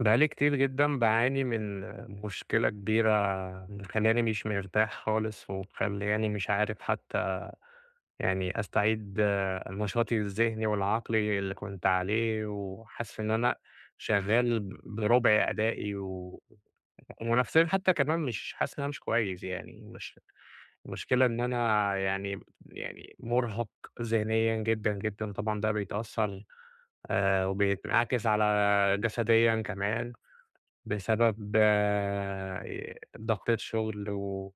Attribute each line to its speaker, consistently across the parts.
Speaker 1: بقالي كتير جدًا باعاني من مشكلة كبيرة مخلّياني مش مرتاح خالص، ومخلّياني مش عارف حتى يعني أستعيد نشاطي الذهني والعقلي اللي كنت عليه، وحاسس إن أنا شغال بربع أدائي. ونفسيًا حتى كمان مش حاسس إن أنا مش كويس يعني، مش المشكلة إن أنا يعني مُرهَق ذهنيًا جدًا، جدًا، طبعًا ده بيتأثّر وبينعكس على جسديًا كمان. بسبب ضغط الشغل.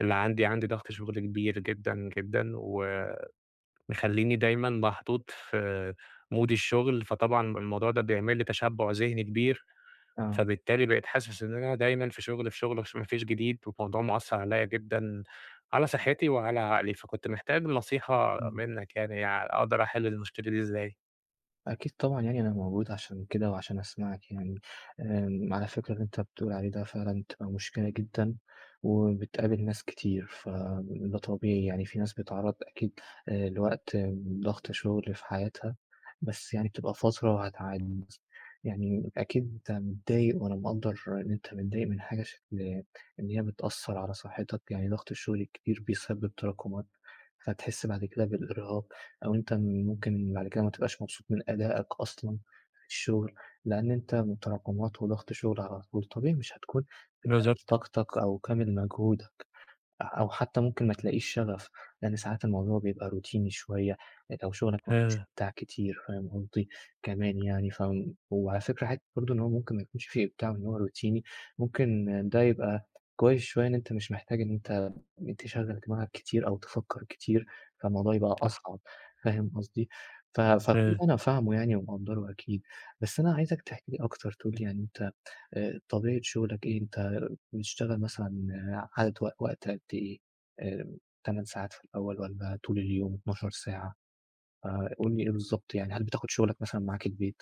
Speaker 1: اللي عندي، عندي ضغط شغل كبير جدًا، جدًا، ومخلّيني دايمًا محطوط في مود الشغل، فطبعًا الموضوع ده بيعمل لي تشبُّع ذهني كبير،
Speaker 2: آه،
Speaker 1: فبالتالي بقيت حاسس إن أنا دايمًا في شغل، ما فيش جديد، والموضوع مأثّر عليّا جدًا على صحّتي وعلى عقلي، فكنت محتاج نصيحة
Speaker 2: إمم،
Speaker 1: منّك يعني أقدر أحِل المشكلة دي إزاي؟
Speaker 2: أكيد طبعًا يعني أنا موجود عشان كده وعشان أسمعك يعني، على فكرة اللي أنت بتقول عليه ده فعلًا بتبقى مشكلة جدًا، وبتقابل ناس كتير، فده طبيعي يعني في ناس بتتعرّض أكيد لوقت ضغط شغل في حياتها، بس يعني بتبقى فترة وهتعدّي، يعني أكيد أنت متضايق وأنا مقدّر إن أنت متضايق من حاجة شكل إن هي بتأثّر على صحتك، يعني ضغط الشغل الكتير بيسبب تراكمات، فتحس بعد كده بالإرهاق. أو أنت ممكن بعد كده ما تبقاش مبسوط من أدائك أصلًا في الشغل، لأن أنت تراكمات وضغط شغل على طول، طبيعي مش هتكون بكامل
Speaker 1: بالضبط.
Speaker 2: طاقتك أو كامل مجهودك. أو حتى ممكن ما تلاقيش شغف، لإن ساعات الموضوع بيبقى روتيني شوية، أو شغلك ما
Speaker 1: آآ
Speaker 2: فيهوش إبداع كتير فاهم قصدي، كمان يعني وعلى فكرة حتّة برضه إن هو ممكن ما يكونش في إبداع وإن هو روتيني، ممكن ده يبقى كويس شوية إن أنت مش محتاج إن أنت تشغّل دماغك كتير أو تفكّر كتير، فالموضوع يبقى
Speaker 1: صح.
Speaker 2: أصعب فاهم قصدي؟ ف فكل
Speaker 1: آآ
Speaker 2: ده أنا فاهمه يعني ومقدّره أكيد، بس أنا عايزك تحكي لي أكتر تقول لي يعني أنت طبيعة شغلك إيه؟ أنت بتشتغل مثلًا عدد وقت قد إيه؟ آآ 8 ساعات في الأول والّا طول اليوم 12 ساعة؟ فقُل لي إيه بالضبط يعني، هل بتاخد شغلك مثلًا معاك البيت؟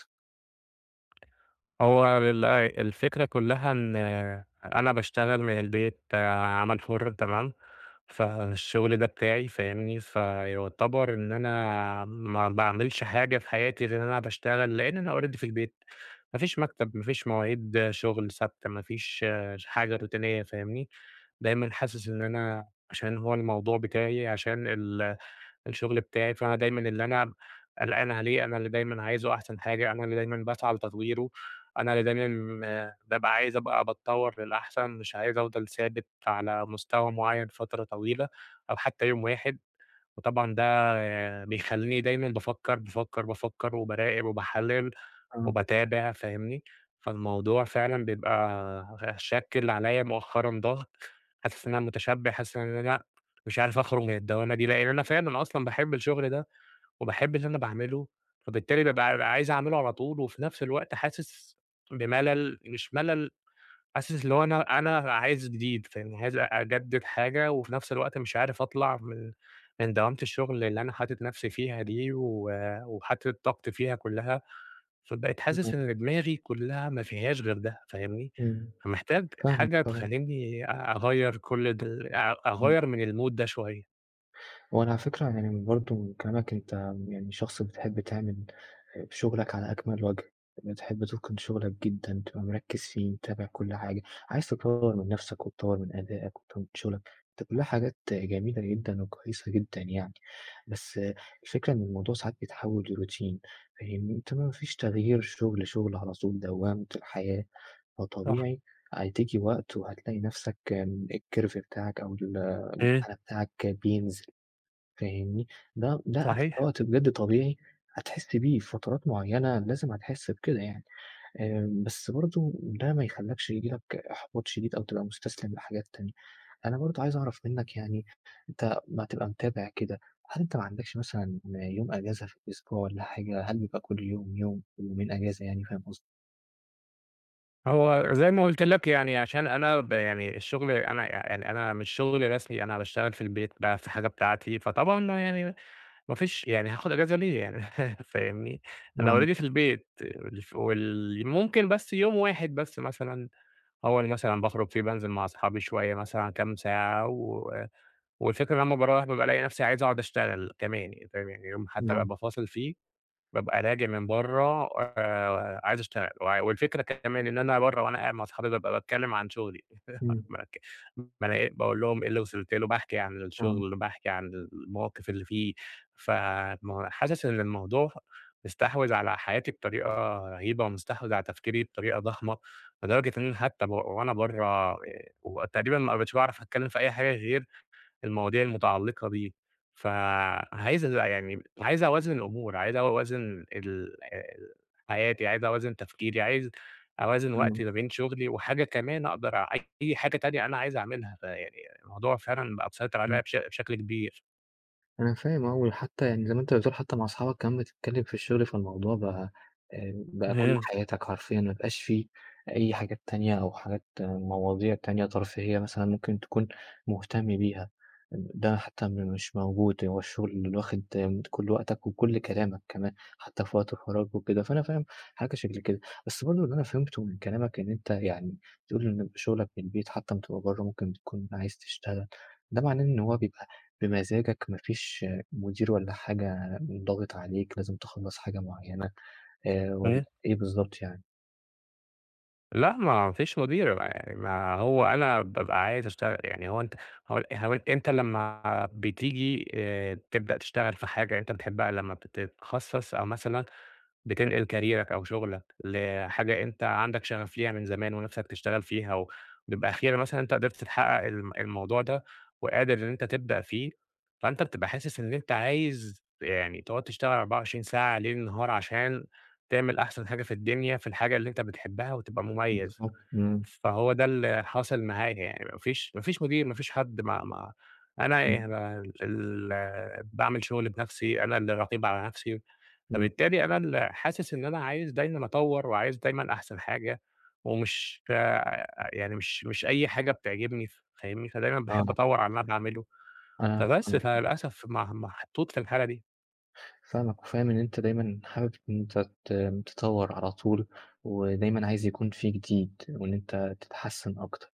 Speaker 1: هو ال الفكرة كلّها إن أنا باشتغل من البيت، عمل حُر تمام، فالشغل ده بتاعي فاهمني، فيعتبر إن أنا ما باعملش حاجة في حياتي غير إن أنا باشتغل، لإن أنا already في البيت، ما فيش مكتب، ما فيش مواعيد شغل ثابتة، ما فيش حاجة روتينية فاهمني. دايمًا حاسس إن أنا عشان هو الموضوع بتاعي، عشان الشغل بتاعي، فأنا دايمًا اللي أنا قلقان عليه، أنا اللي دايمًا عايزه أحسن حاجة، أنا اللي دايمًا باسعى لتطويره، أنا اللي دايمًا عايز أبقى باتطور للأحسن، مش عايز أفضل ثابت على مستوى معيّن فترة طويلة أو حتى يوم واحد، وطبعًا ده بيخلّيني دايمًا بافكّر وباراقب وباحلّل.
Speaker 2: آه،
Speaker 1: وباتابع فاهمني؟ فالموضوع فعلًا بيبقى شاكِل عليّا مؤخرًا ضغط، حاسس إن أنا متشبِّع، حاسس إن أنا لأ، مش عارف أخرج من الدوامة دي، لإن أنا فعلًا أصلًا باحب الشغل ده وباحب اللي أنا باعمله، فبالتالي بابقى عايز أعمله على طول وفي نفس الوقت حاسس بملل، مش ملل، حاسس اللي هو أنا عايز جديد فاهمني، عايز أجدِّد حاجة وفي نفس الوقت مش عارف أطلع من دوامة الشغل اللي أنا حاطط نفسي فيها دي وحاطط طاقتي فيها كلها. فبقيت
Speaker 2: إمم،
Speaker 1: حاسس إن دماغي كلّها ما فيهاش غير ده، فاهمني؟
Speaker 2: إمم،
Speaker 1: فمحتاج
Speaker 2: فاهمِك
Speaker 1: حاجة
Speaker 2: طبعًا.
Speaker 1: تخلّيني أغيّر كل دل أ
Speaker 2: إمم.
Speaker 1: أغيّر من الmood ده شوية.
Speaker 2: هو أنا على فكرة يعني برضه من كلامك أنت يعني شخص بتحب تعمل شغلك على أكمل وجه، بتحب تتقن شغلك جدًا، تبقى مركّز فيه، متابع كل حاجة، عايز تطوّر من نفسك وتطوّر من أدائك وتطوّر من شغلك، دي كلها حاجات جميلة جدًا وكويسة جدًا يعني، بس الفكرة إن الموضوع ساعات بيتحوّل لروتين فاهمني، أنت ما فيش تغيير شغل، شغل على طول دوّامة الحياة،
Speaker 1: صح.
Speaker 2: فطبيعي هتيجي وقت وهتلاقي نفسك الcurve بتاعك أو
Speaker 1: إمم،
Speaker 2: المنحنى بتاعك بينزل، فاهمني؟ ده على فكرة
Speaker 1: صحيح.
Speaker 2: وقت بجد طبيعي هتحس بيه في فترات معيّنة لازم هتحس بكده يعني، بس برضه ده ما يخلّكش ييجي لك إحباط شديد أو تبقى مستسلم لحاجات تانية. أنا برضه عايز أعرف منّك يعني أنت أمّا تبقى متابع كده، هل أنت ما عندكش مثلًا يوم أجازة في الأسبوع والّا حاجة؟ هل بيبقى كل يوم، يوم، يومين أجازة يعني فاهم قصدي؟
Speaker 1: هو زي ما قُلت لك يعني عشان أنا ب يعني الشغل أنا يعني أنا مش شغل رسمي، أنا باشتغل في البيت بقى في حاجة بتاعتي، فطبعًا ما فيش يعني هاخُد إجازة ليه يعني فاهمني؟ أنا
Speaker 2: نعم،
Speaker 1: already في البيت، والف وال ممكن بس يوم واحد بس مثلًا هو اللي مثلًا باخرج فيه بانزل مع أصحابي شوية مثلًا كام ساعة. والفكرة ان انا لمّا باروّح بابقى ألاقي نفسي عايز أقعد أشتغل كمان يعني فاهم، يعني يوم حتى
Speaker 2: نعم،
Speaker 1: بابقى فاصل فيه بابقى راجع من برّه عايز أشتغل، والفكرة كمان إن أنا برّه وأنا قاعد مع أصحابي بابقى باتكلّم عن شغلي
Speaker 2: إمم،
Speaker 1: باك بالاقي باقول لهم إيه اللي وصلت له، باحكي عن
Speaker 2: نعم،
Speaker 1: الشغل، باحكي عن المواقف اللي فيه، حاسس إن الموضوع مستحوذ على حياتي بطريقة رهيبة، ومستحوذ على تفكيري بطريقة ضخمة، لدرجة إن أنا حتى ب وأنا برّه وتقريبًا ما بقيتش باعرف أتكلّم في أي حاجة غير المواضيع المتعلقة بيه، فعايز ال يعني عايز أوازن الأمور، عايز أوازن ال ال حياتي، عايز أوازن تفكيري، عايز أوازن
Speaker 2: إمم.
Speaker 1: وقتي ما بين شغلي وحاجة كمان أقدر أع أي حاجة تانية أنا عايز أعملها، فيعني الموضوع فعلًا بقى مسيطر عليَّ بشكل كبير.
Speaker 2: أنا فاهم وحتى يعني زي ما أنت بتقول حتى مع أصحابك كمان بتتكلم في الشغل، فالموضوع بقى بقى كل
Speaker 1: إمم،
Speaker 2: حياتك حرفيًا، ما بقاش في أي حاجات تانية أو حاجات مواضيع تانية ترفيهية مثلًا ممكن تكون مهتم بيها، ده حتى مش موجود، هو الشغل اللي واخد كل وقتك وكل كلامك كمان، حتى في وقت الفراغ وكده، فأنا فاهم حاجة شكل كده. بس برضه اللي أنا فهمته من كلامك إن أنت يعني بتقول إن شغلك من البيت حتى أمّا بتبقى برّه ممكن بتكون عايز تشتغل، ده معناه إن هو بيبقى بمزاجك، ما فيش مدير والّا حاجة ضاغط عليك لازم تخلّص حاجة معيّنة والّا
Speaker 1: إمم.
Speaker 2: إيه بالضبط يعني؟
Speaker 1: لأ، ما فيش مدير ما يعني ما هو أنا بابقى عايز أشتغل، يعني هو أنت هو هو أنت لمّا بتيجي تبدأ تشتغل في حاجة أنت بتحبها لمّا بتتخصص أو مثلًا بتنقل كاريرك أو شغلك لحاجة أنت عندك شغف ليها من زمان ونفسك تشتغل فيها، وبيبقى أخيرًا مثلًا أنت قدرت تحقق الموضوع ده، وقادر إن أنت تبدأ فيه، فأنت بتبقى حاسس إن أنت عايز يعني تقعد تشتغل 24 ساعة ليل نهار عشان تعمل أحسن حاجة في الدنيا في الحاجة اللي أنت بتحبها وتبقى مميز،
Speaker 2: بالضبط. إمم.
Speaker 1: فهو ده اللي حاصل معايا يعني ما فيش مدير، ما فيش حد ما ما أنا
Speaker 2: إمم.
Speaker 1: ال باعمل شغلي بنفسي، أنا اللي رقيب على نفسي.
Speaker 2: إمم.
Speaker 1: فبالتالي أنا ال حاسس إن أنا عايز دايمًا أطوّر وعايز دايمًا أحسن حاجة، ومش يعني مش أي حاجة بتعجبني فاهمني؟ فدايمًا باحب
Speaker 2: آه.
Speaker 1: أطوّر على اللي أنا باعمله،
Speaker 2: أنا
Speaker 1: فبس
Speaker 2: فاهمك،
Speaker 1: فللأسف مع محطوط في الحالة دي.
Speaker 2: فاهمك وفاهم إن أنت دايمًا حابب إن أنت ت تطوّر على طول ودايمًا عايز يكون في جديد وإن أنت تتحسّن أكتر.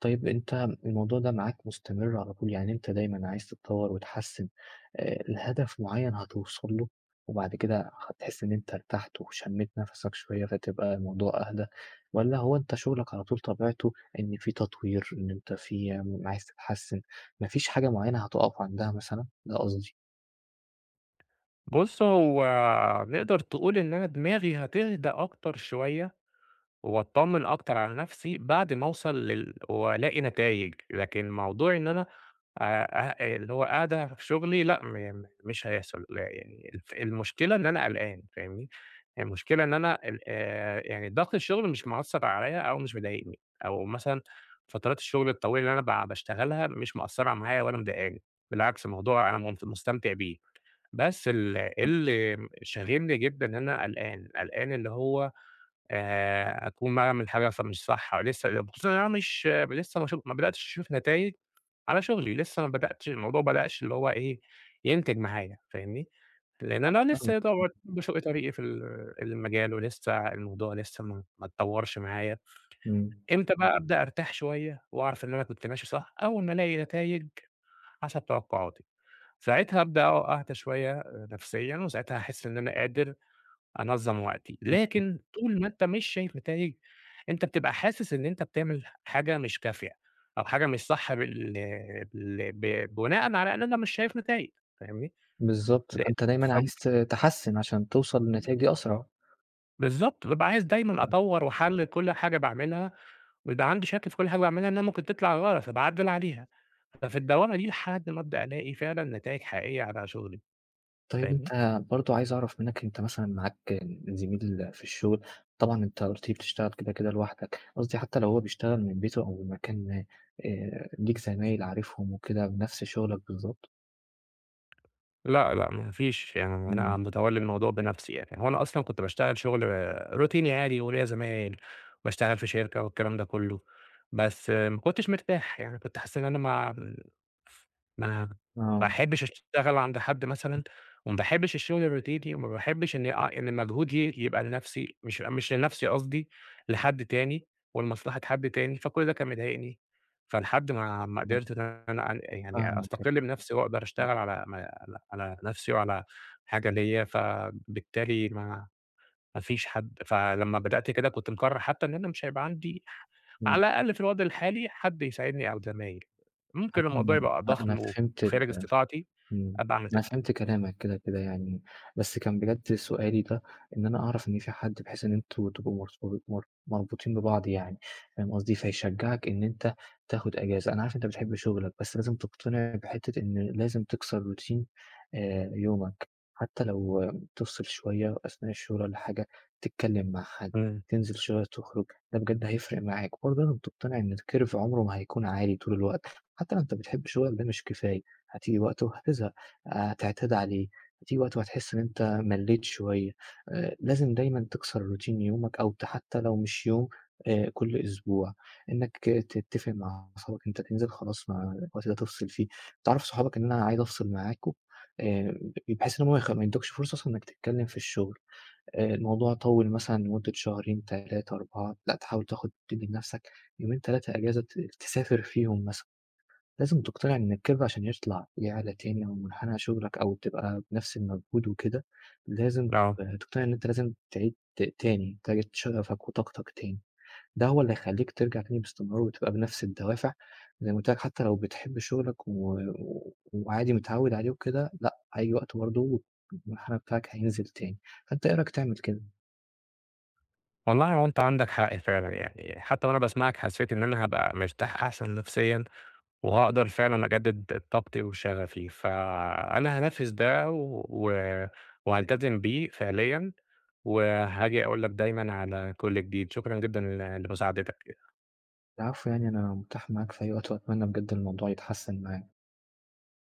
Speaker 2: طيب أنت الموضوع ده معاك مستمر على طول، يعني أنت دايمًا عايز تتطوّر وتحسّن لهدف معيّن هتوصل له، وبعد كده هتحس إن أنت ارتحت وشمّيت نَفَسك شوية فتبقى الموضوع أهدى، والّا هو أنت شغلك على طول طبيعته إن في تطوير، إن أنت في عايز تتحسّن، ما فيش حاجة معيّنة هتُقف عندها مثلًا؟ ده قصدي.
Speaker 1: بُص هو نقدر تقول إن أنا دماغي هتهدى أكتر شوية، وأتطمن أكتر على نفسي بعد ما أوصل وألاقي نتايج، لكن موضوع إن أنا أ اللي هو قاعدة في شغلي لأ، مش هيحصل لا، يعني المشكلة إن أنا قلقان فاهمني، المشكلة إن أنا ال يعني ضغط الشغل مش مأثّر عليَّ أو مش مضايقني، أو مثلًا فترات الشغل الطويلة اللي أنا ب باشتغلها مش مأثّرة معايا ولا مضايقاني، بالعكس الموضوع أنا منت مستمتع بيه، بس
Speaker 2: أنا
Speaker 1: اللي شاغلني جدًا إن أنا قلقان اللي هو أكون باعمل حاجة مش صح، أو لسه خصوصًا إن أنا مش لسه ما شُف ما بدأتش أشوف نتايج على شغلي، لسه ما بدأتش الموضوع ما بدأش اللي هو إيه، ينتج معايا فاهمني؟ لإن أنا لسه
Speaker 2: فاهمك،
Speaker 1: طبعًا باشق طريقي في المجال ولسه الموضوع لسه ما اتطورش معايا،
Speaker 2: إمم،
Speaker 1: إمتى بقى أبدأ أرتاح شوية وأعرف إن أنا كنت ماشي صح؟ أول ما ألاقي نتايج حسب توقعاتي، ساعتها أبدأ أهدى شوية نفسيًا وساعتها هاحس إن أنا قادر أنظّم وقتي، لكن طول ما أنت مش شايف نتايج، أنت بتبقى حاسس إن أنت بتعمل حاجة مش كافية، أو حاجة مش صح بال بال ب بناءً على إن أنا مش شايف نتايج، فاهمني؟
Speaker 2: بالضبط،
Speaker 1: ل
Speaker 2: فأنت دايمًا
Speaker 1: فب
Speaker 2: عايز تحسّن عشان توصل لنتايج أسرع.
Speaker 1: بالضبط، بابقى عايز دايمًا أطوّر وأحلّل كل حاجة باعملها، ويبقى عندي شك في كل حاجة باعملها إنها ممكن تطلع غلط، فباعدّل عليها، ففي الدوامة دي لحد ما أبدأ ألاقي فعلًا نتايج حقيقية على شغلي،
Speaker 2: طيب
Speaker 1: فاهمني؟
Speaker 2: أنت برضه عايز أعرف منّك أنت مثلًا معاك زميل في الشغل، طبعًا أنت قُلت لي بتشتغل كده، كده لوحدك، قصدي حتى لو هو بيشتغل من بيته أو من مكان ليك زمايل عارفهم وكده بنفس شغلك بالضبط؟
Speaker 1: لأ، لأ، ما فيش يعني
Speaker 2: إمم،
Speaker 1: أنا متولّي الموضوع بنفْسي يعني، هو أنا أصلًا كنت باشتغل شغل روتيني عادي وليّا زمايل، باشتغل في شركة والكلام ده كلّه، بس ما كنتش مرتاح، يعني كنت حاسس إن أنا ما ما ما
Speaker 2: آه،
Speaker 1: أحبّش أشتغل عند حد مثلًا وما باحبّش الشغل الروتيني وما باحبّش إن مجهودي يبقى لنفْسي مش مش لنفْسي قصدي، لحد تاني ولمصلحة حد تاني، فكل ده كان مضايقني، فلحد ما ما
Speaker 2: آه،
Speaker 1: قدرت إن أنا يعني
Speaker 2: فاهمك،
Speaker 1: أستقل بنفْسي وأقدر أشتغل على نفسي وعلى حاجة ليّا، فبالتالي ما ما فيش حد فلمّا بدأت كده كنت مقرّر حتى إن أنا مش هيبقى عندي على
Speaker 2: إمم،
Speaker 1: الأقل في الوضع الحالي حد يساعدني أو زمايل، ممكن الموضوع
Speaker 2: أنا
Speaker 1: يبقى
Speaker 2: أنا
Speaker 1: ضخم
Speaker 2: فهمت ال
Speaker 1: وخارج استطاعتي
Speaker 2: إمم،
Speaker 1: أبقى أعمل
Speaker 2: أنا
Speaker 1: كده.
Speaker 2: فهمت كلامك كده، كده يعني، بس كان بجد سؤالي ده إن أنا أعرف إن في حد بحيث إن أنتم تبقوا مرتب مر مربوطين ببعض يعني، فاهم قصدي؟ فيشجّعك إن أنت تاخد إجازة، أنا عارف أنت بتحب شغلك، بس لازم تقتنع بحتّة إن لازم تكسر روتين يومك، حتى لو تفصل شوية أثناء الشغل والّا حاجة، تتكلم مع حد،
Speaker 1: إمم،
Speaker 2: تنزل شوية تخرج، ده بجد هيفرق معاك، وبرضه لازم تقتنع إن الكيرف عمره ما هيكون عالي طول الوقت، حتى لو أنت بتحب شغلك ده مش كفاية. هتيجي وقت وهتزهق، هتعتاد عليه، هتيجي وقت وهتحس إن أنت ملّيت شوية، لازم دايمًا تكسر روتين يومك أو حتى لو مش يوم كل أسبوع، إنّك تتّفق مع صحابك أنت تنزل خلاص مع الوقت ده تفصل فيه، تعرّف صحابك إن أنا عايز أفصل معاكم آآ بحيث إن هم ما يدّوكش فرصة أصلًا إنّك تتكلّم في الشغل، الموضوع طوّل مثلًا لمدة شهرين، 3، 4 لأ تحاول تاخد تدّي لنَفْسك يومين، 3 إجازة تسافر فيهم مثلًا. لازم تقتنع إن الكِذب عشان يطلع ليه عالة تاني أو منحنى شغلك أو تبقى بنفس المجهود وكده، لازم
Speaker 1: آه،
Speaker 2: تقتنع إن أنت لازم تعيد تاني، تعيد شغفك وطاقتك تاني، ده هو اللي هيخلّيك ترجع تاني باستمرار وتبقى بنفس الدوافع، زي ما قُلت لك حتى لو بتحب شغلك وعادي متعوّد عليه وكده، لأ هييجي وقت برضه المنحنى بتاعك هينزل تاني، فأنت إيه رأيك تعمل كده؟
Speaker 1: والله هو أنت عندك حق فعلًا يعني، حتى وأنا باسمعك حسيت إن أنا هابقى مرتاح أحسن نفسيًا. وهاقدر فعلًا أجدد طاقتي وشغفي، فأنا هانفذ ده وهالتزم بيه فعليًا، وهاجي أقول لك دايمًا على كل جديد، شكرًا جدًا لمساعدتك.
Speaker 2: العفو يعني أنا متاح معاك في أي وقت وأتمنى بجد الموضوع يتحسن معاك.